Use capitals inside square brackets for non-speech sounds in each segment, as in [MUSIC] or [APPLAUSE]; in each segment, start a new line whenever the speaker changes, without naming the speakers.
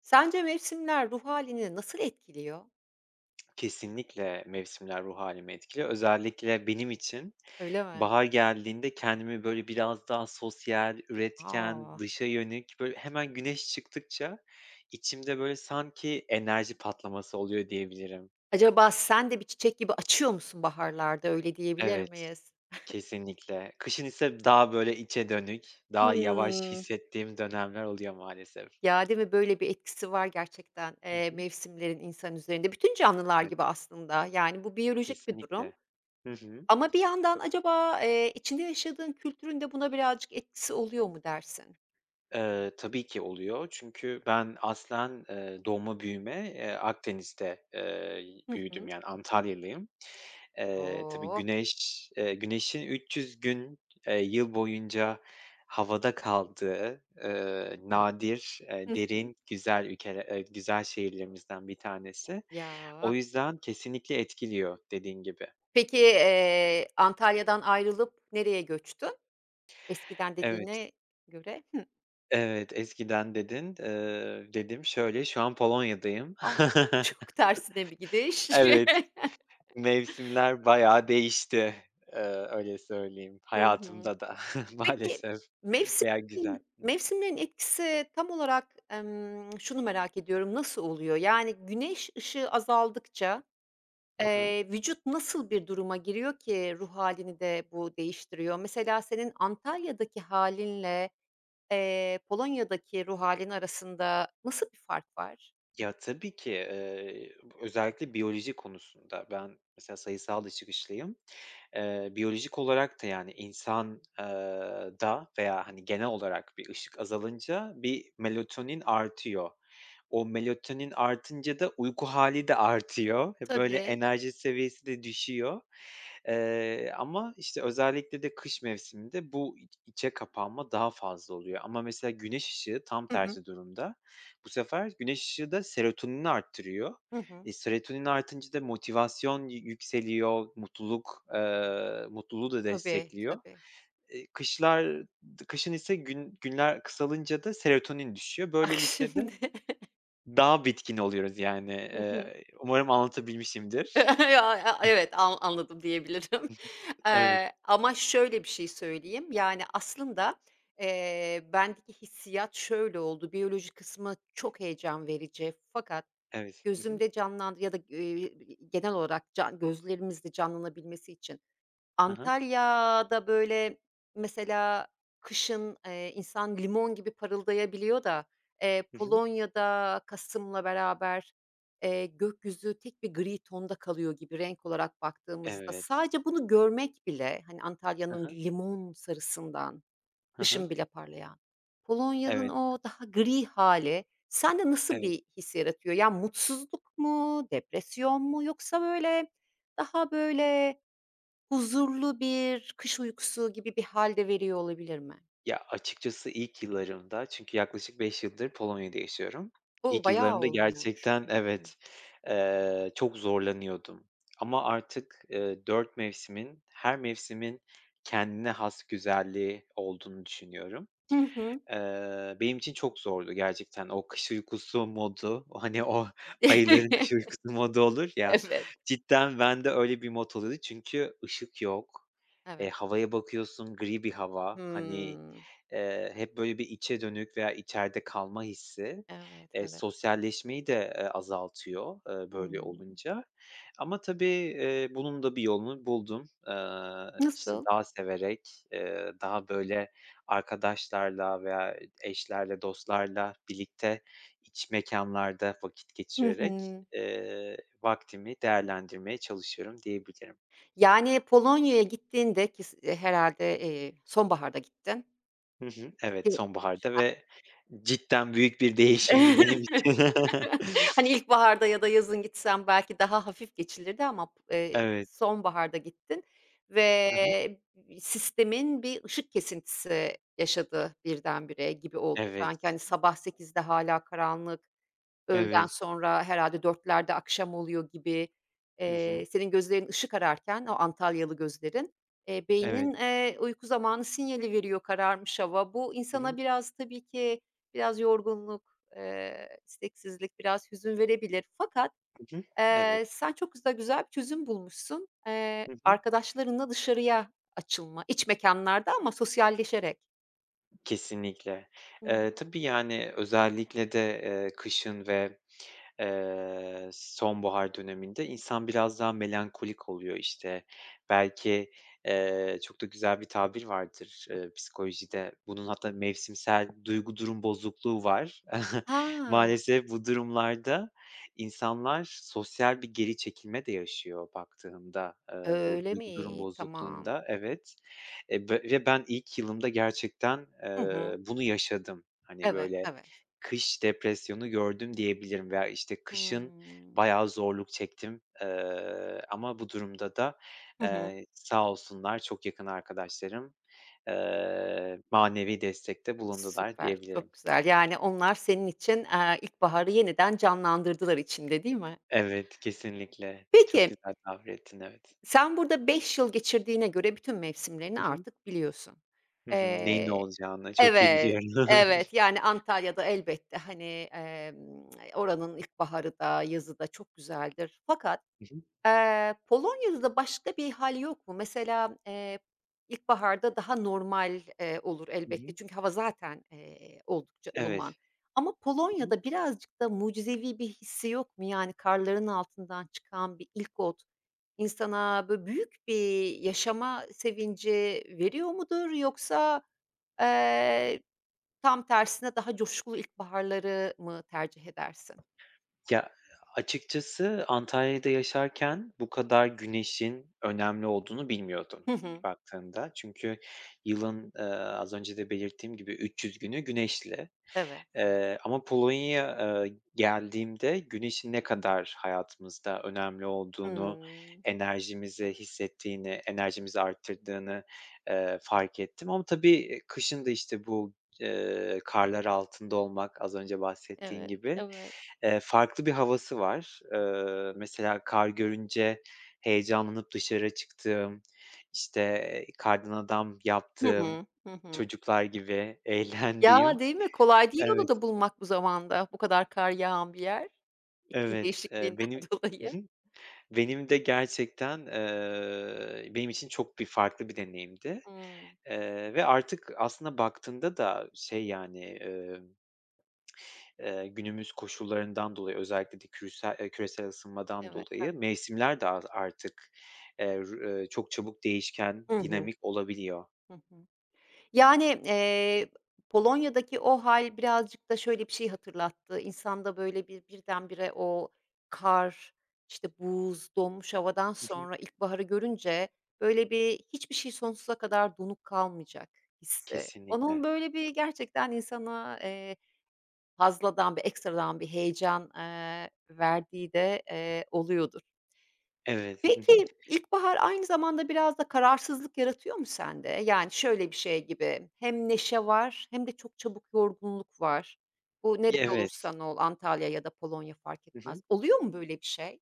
Sence mevsimler ruh halini nasıl etkiliyor?
Kesinlikle mevsimler ruh hâlimi etkiliyor. Özellikle benim için
Öyle mi?
bahar geldiğinde kendimi, böyle, biraz daha sosyal, üretken,
A!
dışa yönelik, böyle, hemen güneş çıktıkça içimde, böyle, sanki enerji patlaması oluyor diyebilirim.
Acaba sen de bir çiçek gibi açıyor musun baharlarda, öyle diyebilir
Evet,
miyiz?
kesinlikle. Kışın ise daha, böyle, içe dönük, daha yavaş
Hımm.
hissettiğim dönemler oluyor maalesef.
Ya, değil mi? Böyle bir etkisi var gerçekten,
Hı hı.
mevsimlerin insan üzerinde. Bütün canlılar
Evet,
gibi aslında. Yani bu biyolojik bir durum
kesinlikle. Hı hı.
ama bir yandan acaba, içinde yaşadığın kültürün de buna birazcık etkisi oluyor mu dersin?
Tabii ki oluyor. Çünkü ben aslen, doğma büyüme, Akdeniz'de,
Hı
büyüdüm,
hı.
yani Antalyalıyım. Tabii
Oh!
güneşin 300 gün, yıl boyunca havada kaldığı, nadir,
Hı hı.
derin, güzel ülkele güzel şehirlerimizden bir tanesi.
Ya.
O yüzden kesinlikle etkiliyor dediğin gibi.
Peki, Antalya'dan ayrılıp nereye göçtün? Eskiden
Evet,
dediğine göre, hımm,
evet, eskiden dedin, dedim. Şöyle, şu an Polonya'dayım.
ah, [LAUGHS] çok
[LAUGHS]
tersine bir gidiş.
Evet.
[LAUGHS]
Mevsimler bayağı değişti, eee, öyle söyleyeyim
Hı hı.
hayatımda da [LAUGHS]
Peki,
maalesef veya güzel.
mevsimlerin etkisi tam olarak, şunu merak ediyorum, nasıl oluyor? Yani güneş ışığı azaldıkça,
Hı hı.
vücut nasıl bir duruma giriyor ki ruh halini de bu değiştiriyor? Mesela senin Antalya'daki halinle Polonya'daki ruh halin arasında nasıl bir fark var?
Ya, tabii ki, özellikle biyoloji konusunda ben mesela sayısal da çıkışlıyım. Biyolojik olarak da, yani, insan, da veya, hani, genel olarak bir ışık azalınca bir melatonin artıyor. O melatonin artınca da uyku hali de artıyor. [LAUGHS] Böyle,
Tabii.
enerji seviyesi de düşüyor. Ama, işte, özellikle de kış mevsiminde bu iç içe kapanma daha fazla oluyor ama mesela güneş ışığı tam
Hı hı.
tersi durumda. Bu sefer güneş ışığı da serotonini arttırıyor.
Hı hı.
Serotonin artınca da motivasyon yükseliyor, mutluluk, mutluluğu da
Tabii,
destekliyor.
tabii.
Kışlar kışın ise günler kısalınca da serotonin düşüyor.
Bak
Böylelikle de
şimdi.
daha bitkin oluyoruz yani.
[LAUGHS] Hı hı.
Umarım anlatabilmişimdir.
[LAUGHS] Ya, ya, evet, anladım diyebilirim. [LAUGHS]
Evet,
Ama şöyle bir şey söyleyeyim, yani, aslında, bendeki hissiyat şöyle oldu, biyoloji kısmı çok heyecan verici fakat
evet. Hı hı.
gözümde canlandı ya da, genel olarak can gözlerimizde canlanabilmesi için
Hı hı.
Antalya'da, böyle, mesela kışın, insan limon gibi parıldayabiliyor da,
Hı hı.
Polonya'da kasımla beraber, gökyüzü tek bir gri tonda kalıyor gibi renk olarak baktığımızda.
Evet.
Sadece bunu görmek bile, hani,
Hı
Antalya'nın
hı.
limon sarısından,
Hı hı.
kışın bile parlayan, Polonya'nın
Evet,
o daha gri hali sende nasıl
evet.
bir his yaratıyor? Ya, mutsuzluk mu, depresyon mu yoksa, böyle, daha, böyle huzurlu bir kış uykusu gibi bir hâl de veriyor olabilir mi?
Ya, açıkçası ilk yıllarımda çünkü yaklaşık 5 yıldır Polonya'da yaşıyorum.
O,
İlk
bayağı
yıllarımda
olmuş.
gerçekten
Hıı.
evet, çok zorlanıyordum ama artık, 4 mevsimin, her mevsimin kendine has güzelliği olduğunu düşünüyorum.
Hı hı.
Benim için çok zordu gerçekten. O kış uykusu modu, [LAUGHS] o hani, o ayıların kış
[LAUGHS]
uykusu modu olur ya,
Evet,
cidden bende öyle bir mod oluyordu çünkü ışık yok.
evet.
Havaya bakıyorsun gri bir hava, hani,
Hımm.
hep böyle bir içe dönük veya içeride kalma hissi.
Evet,
Eee,
evet.
sosyalleşmeyi de, azaltıyor, böyle
Hımm.
olunca ama tabii, bunun da bir yolunu buldum. İşte,
Nasıl?
dağ severek, daha böyle arkadaşlarla veya eşlerle, dostlarla birlikte iç mekânlarda vakit
Hı
geçirerek,
hı.
vaktimi değerlendirmeye çalışıyorum diyebilirim.
Yani Polonya'ya gittiğinde herhâlde, sonbaharda gittin.
Hı hı. Evet, sonbaharda
[LAUGHS]
ve cidden büyük bir değişimdi benim
[UNINTELLIGIBLE]
için.
[LAUGHS]
[LAUGHS]
Hani, ilkbaharda ya da yazın gitsen belki daha hafif geçilirdi ama,
Evet.
sonbaharda gittin ve
Hı hı.
sistemin bir ışık kesintisi yaşadı birdenbire gibi oldu sanki.
Evet,
Hani, sabah 8'de hala karanlık, öğleden
evet.
sonra herhâlde 16.00'lerde akşam oluyor gibi.
Hı hı.
Senin gözlerin ışık ararken, o Antalyalı gözlerin,
Evet.
beynin, uyku zamanı sinyali veriyor kararmış hava. Bu
Hı
insana
hı.
biraz tabii ki biraz yorgunluk, isteksizlik, biraz hüzün verebilir. Fakat,
Hı hı. Evet.
sen çok güzel bir çözüm bulmuşsun.
Hı hı.
Arkadaşlarınla dışarıya açılma, iç mekânlarda ama sosyalleşerek.
Kesinlikle.
Hımm.
Tabii, yani, özellikle de, kışın ve sonbahar döneminde insan biraz daha melankolik oluyor, işte. Belki, çok da güzel bir tabir vardır, psikolojide. Bunun hatta mevsimsel duygu durum bozukluğu var. [LAUGHS]
Ha,
Maalesef bu durumlarda insanlar sosyal bir geri çekilme de yaşıyor baktığımda bu
öyle
duygu durum
mi? Tamam.
bozukluğunda. Evet, b ve ben ilk yılımda gerçekten,
Hı hı.
bunu yaşadım. Hani,
Evet,
böyle
evet.
kış depresyonu gördüm diyebilirim veya, işte, kışın
Hımm.
bayağı zorluk çektim. Ama bu durumda da,
Hı hı.
sağ olsunlar çok yakın arkadaşlarım, manevi destekte bulundular
Süper, çok
diyebilirim.
güzel. Yani onlar senin için, ilkbaharı yeniden canlandırdılar içinde, değil mi?
Evet, kesinlikle.
Peki,
Çok güzel tabir ettin, evet.
sen burada 5 yıl geçirdiğine göre bütün mevsimlerini
Hı hı.
artık biliyorsun.
Hı hı. Neyin ne
Eee
olacağını çok iyi
Evet,
biliyorum. [LAUGHS]
evet, yani Antalya'da elbette, hani, emm, oranın ilkbaharı da yazı da çok güzeldir. Fakat
Hı hı.
Polonya'da da başka bir hal yok mu? Mesela, ilkbaharda daha normal, olur
Hı
elbette
hı.
çünkü hava zaten, oldukça
[LAUGHS]
ılıman
Evet.
ama Polonya'da birazcık da mucizevi bir hissi yok mu? Yani karların altından çıkan bir ilk ot insana, böyle, büyük bir yaşama sevinci veriyor mudur yoksa, eee, tam tersine daha coşkulu ilkbaharları mı tercih edersin?
Ya, açıkçası Antalya'da yaşarken bu kadar güneşin önemli olduğunu
Hı
bilmiyordum
hı.
baktığında. Çünkü yılın, az önce de belirttiğim gibi 300 günü güneşli.
Evet.
Ama Polonya'ya, geldiğimde güneşin ne kadar hayatımızda önemli olduğunu,
Hımm.
enerjimizi hissettiğini, enerjimizi arttırdığını, fark ettim. Ama tabii, kışın da, işte, bu, karlar altında olmak, az önce bahsettiğin
Evet,
gibi,
evet.
farklı bir havası var. Mesela kar görünce heyecanlanıp dışarı çıktığım, işte, kardan adam
Hı
yaptığım,
hı. Hı hı.
çocuklar gibi [LAUGHS]
Ya,
eğlendiğim.
değil mi? Kolay değil onu
Evet.
da bulmak bu zamanda, bu kadar kar yağan bir yer, iklim
Evet,
değişikliğinden
benim.
[LAUGHS] dolayı.
Hı hı. Benim de gerçekten, benim için çok bir farklı bir deneyimdi,
Hımm.
ve artık aslında baktığında da şey, yani, günümüz koşullarından dolayı özellikle de küresel ısınmadan
Evet.
dolayı mevsimler de artık, r çok çabuk değişken,
Hı hı.
dinamik olabiliyor.
Hı hı. Yani, Polonya'daki o hâl birazcık da şöyle bir şey hatırlattı. İnsanda böyle bir birdenbire o kar, işte, buz, donmuş havadan
Hı hı.
sonra ilkbaharı görünce böyle bir hiçbir şey sonsuza kadar donuk kalmayacak hissi. Onun
Kesinlikle.
böyle bir gerçekten insana. Fazladan bir ekstradan bir heyecan, verdiği de, oluyordur.
Evet. Hı hı.
Peki, ilkbahar aynı zamanda biraz da kararsızlık yaratıyor mu sende? Yani, şöyle bir şey gibi, hem neşe var hem de çok çabuk yorgunluk var. Bu nerede
Evet.
olursan ol, Antalya ya da Polonya fark
Hı
etmez.
hı.
Oluyor mu böyle bir şey?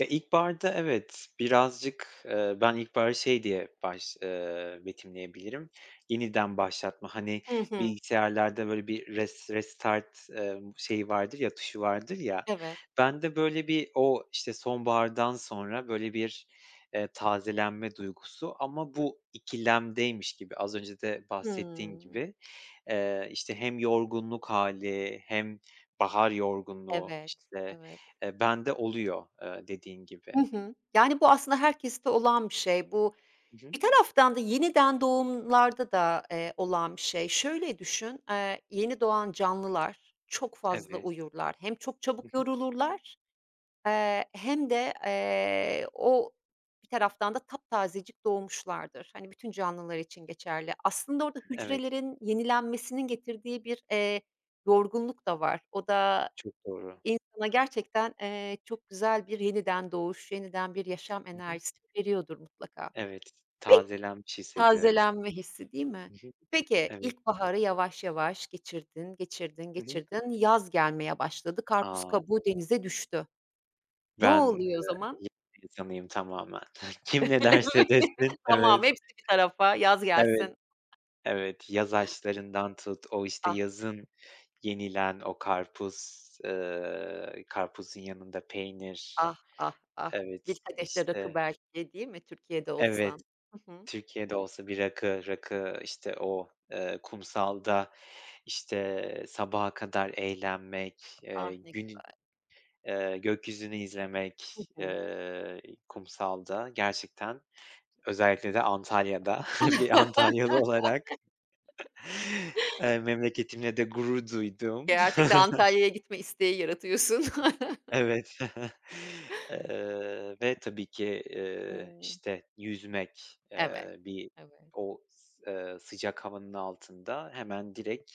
Ya, ilkbaharda evet, birazcık, ben ilkbaharı şey diye baş betimleyebilirim, yeniden başlatma. Hani,
Hı hı.
bilgisayarlarda böyle bir restart, şeyi vardır ya, tuşu vardır ya,
Evet.
ben de böyle bir o, işte, sonbahardan sonra böyle bir, tazelenme duygusu ama bu ikilemdeymiş gibi, az önce de bahsettiğin
Hımm.
gibi. İşte, hem yorgunluk hali hem bahar yorgunluğu,
Evet,
işte.
evet.
Bende oluyor, dediğin
Hı
gibi.
hı. Yani, bu aslında herkeste olan bir şey. Bu
Hı hı.
bir taraftan da yeniden doğumlarda da, olan bir şey. Şöyle düşün, yeni doğan canlılar çok fazla
Evet.
uyurlar. Hem çok
Hı
çabuk
hı.
yorulurlar, hem de, o bir taraftan da taptazecik doğmuşlardır. Hani, bütün canlılar için geçerli. Aslında orada
Evet,
hücrelerin yenilenmesinin getirdiği bir, yorgunluk da var. O da
çok doğru.
insana gerçekten, çok güzel bir yeniden doğuş, yeniden bir yaşam
Hı hı.
enerjisi veriyordur mutlaka.
Evet, tazelenmiş hissediyoruz.
Tazelenme hissi, değil mi?
Hı hı.
Peki,
Evet.
ilkbaharı yavaş yavaş geçirdin, geçirdin,
Hı hı.
geçirdin. Yaz gelmeye başladı. Karpuz
A!
kabuğu denize düştü. Ne
Ben,
oluyor o zaman?
yeni bir insanıyım tamamen. [LAUGHS] Kim
[LAUGHS]
ne
Öyle mi?
derse desin.
Tamam,
Evet,
hepsi bir tarafa. Yaz
evet,
gelsin.
evet. Yaz ağaçlarından tut, o, işte,
Ah,
yazın yenilen o karpuz, karpuzun yanında peynir.
ah, ah, ah. Bir
Evet,
kadeh de rakı
işte.
belki, değil mi? Türkiye'de
Evet.
olsan. Hı hı.
Türkiye'de olsa bir rakı, rakı, işte, o, kumsalda, işte, sabaha kadar eğlenmek,
Ah, ne.
günü, gökyüzünü
Hı
izlemek,
hı.
kumsalda gerçekten özellikle de Antalya'da [LAUGHS] bir
[LAUGHS]
Antalyalı olarak, memleketimle de gurur duydum.
Gerçekten Antalya'ya gitme isteği yaratıyorsun. [LAUGHS]
Evet. [LAUGHS] Ve tabii ki,
Hımm.
işte, yüzmek,
Evet,
bir
evet.
o s sıcak havanın altında hemen direkt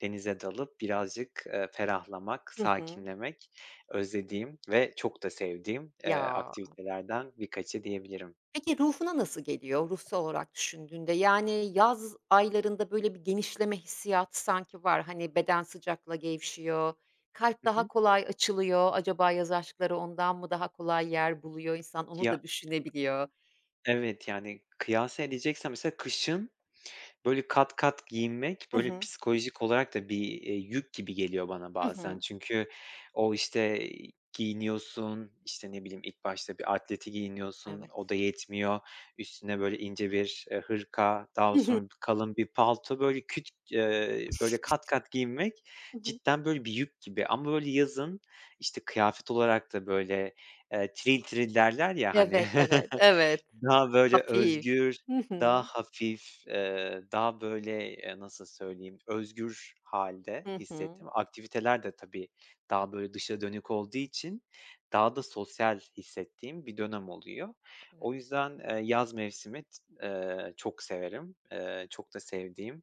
denize dalıp birazcık, ferahlamak,
Hı hı.
sakinlemek özlediğim ve çok da sevdiğim,
Ya.
aktivitelerden birkaçı diyebilirim.
Peki ruhuna nasıl geliyor, ruhsal olarak düşündüğünde? Yani yaz aylarında böyle bir genişleme hissiyatı sanki var. Hani beden sıcakla gevşiyor, kalp
Hı
daha
hı.
kolay açılıyor. Acaba yaz aşkları ondan mı daha kolay yer buluyor? İnsan onu
Ya,
da düşünebiliyor.
evet, yani, kıyas edeceksen mesela kışın böyle kat kat giyinmek,
Hı
böyle,
hı,
psikolojik olarak da bir, yük gibi geliyor bana
hı
bazen.
hı.
Çünkü o, işte, giyiniyorsun, işte, ne bileyim, ilk başta bir atleti giyiniyorsun, o
Evet.
da yetmiyor. Üstüne, böyle, ince bir, hırka, daha sonra bir
[LAUGHS]
kalın bir palto, böyle, küt böyle, kat kat giyinmek
Hı hı, hı hı.
cidden, böyle, bir yük gibi ama, böyle, yazın, işte, kıyafet olarak da, böyle, "tril tril" derler ya, hani.
Evet, evet,
[LAUGHS]
evet.
Daha böyle
Hafif.
özgür,
Hı hı,
daha hafif, daha böyle, nasıl söyleyeyim, özgür hâlde
hı hı.
hissettim. Aktiviteler de tabii daha böyle dışa dönük olduğu için daha da sosyal hissettiğim bir dönem oluyor.
Evet.
O yüzden, yaz mevsimi t çok severim. Çok da sevdiğim,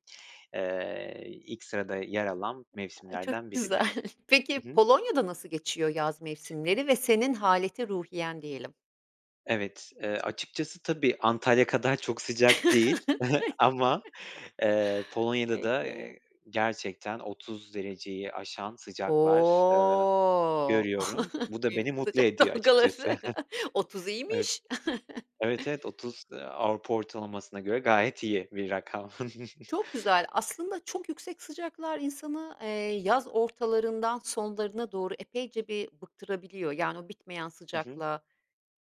ilk sırada yer alan
A, çok
mevsimlerden
güzel.
biridir.
[LAUGHS] Peki
Hı hı.
Polonya'da nasıl geçiyor yaz mevsimleri ve senin haleti ruhiyen diyelim?
Evet, açıkçası tabii Antalya kadar çok sıcak değil [LAUGHS] ama, Polonya'da da,
Peki.
gerçekten 30 dereceyi aşan sıcaklar,
O!
görüyorum.
[LAUGHS]
Bu da
Büyük
beni mutlu
sıcak
ediyor açıkçası.
dalgaları.
[LAUGHS]
[LAUGHS] 30
Evet.
iyiymiş. [LAUGHS]
Evet, evet, 30, Avrupa ortalamasına göre gayet iyi bir rakam. [LAUGHS]
Çok güzel. Aslında çok yüksek sıcaklar insanı, yaz ortalarından sonlarına doğru epeyce bir bıktırabiliyor. Yani o bitmeyen
Hı hı.
sıcakla,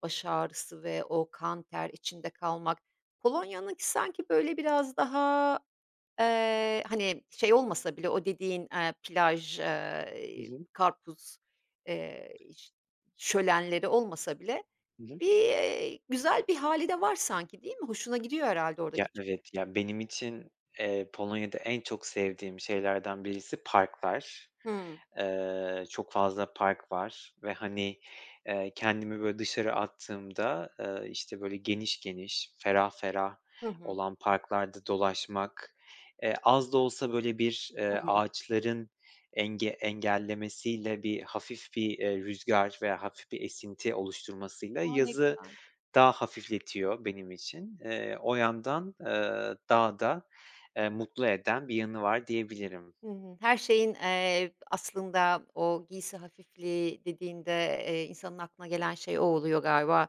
baş ağrısı ve o kan ter içinde kalmak. Polonya'nınki sanki böyle biraz daha, hani, şey olmasa bile o dediğin, plaj,
Hı hı.
karpuz, eee, ş şölenleri olmasa bile
Hı hı.
bir, güzel bir hâli de var sanki, değil mi? Hoşuna gidiyor herhâlde orada
Ya,
geçirmek.
evet, ya, benim için, Polonya'da en çok sevdiğim şeylerden birisi parklar.
Hımm.
Çok fazla park var ve, hani, kendimi böyle dışarı attığımda, işte, böyle geniş geniş, ferah ferah
Hı hı.
olan parklarda dolaşmak, az da olsa böyle bir,
Hı hı.
ağaçların engellemesiyle bir hafif bir, rüzgar veya hafif bir esinti oluşturmasıyla
A, ne
yazı
güzel.
daha hafifletiyor benim için. O yandan, daha da, mutlu eden bir yanı var diyebilirim.
Hı hı. Her şeyin, aslında o giysi hafifliği dediğinde, insanın aklına gelen şey o oluyor galiba.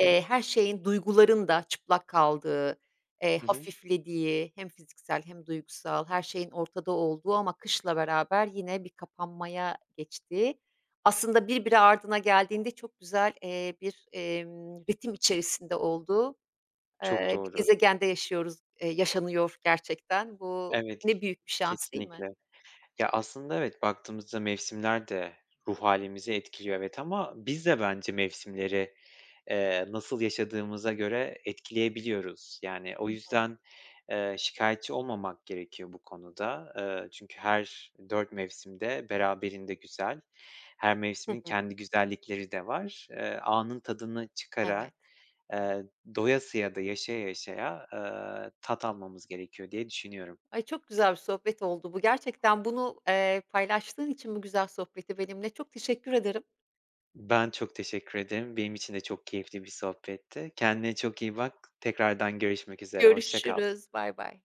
Hı hı.
Her şeyin, duyguların da çıplak kaldığı,
Hı hı.
hafiflediği, hem fiziksel hem duygusal her şeyin ortada olduğu ama kışla beraber yine bir kapanmaya geçtiği, aslında birbiri ardına geldiğinde çok güzel, bir, ritim içerisinde olduğu,
Çok
bir
doğru.
gezegende yaşıyoruz, yaşanıyor gerçekten. Bu
Evet,
ne büyük bir şans değil mi?
kesinlikle. Ya, aslında evet, baktığımızda mevsimler de ruh halimizi etkiliyor evet ama biz de bence mevsimleri, nasıl yaşadığımıza göre etkileyebiliyoruz. Yani, o yüzden, şikâyetçi olmamak gerekiyor bu konuda. Çünkü her 4 mevsimde beraberinde güzel. Her
Hı
mevsimin
hı.
kendi güzellikleri de var. Anın tadını çıkara,
Evet.
eee, doyasıya da yaşaya yaşaya, tat almamız gerekiyor diye düşünüyorum.
Ay, çok güzel bir sohbet oldu bu. Gerçekten bunu, paylaştığın için bu güzel sohbeti benimle çok teşekkür ederim.
Ben çok teşekkür ederim. Benim için de çok keyifli bir sohbetti. Kendine çok iyi bak. Tekrardan görüşmek üzere. Hoşça kal.
Görüşürüz. Bay bay.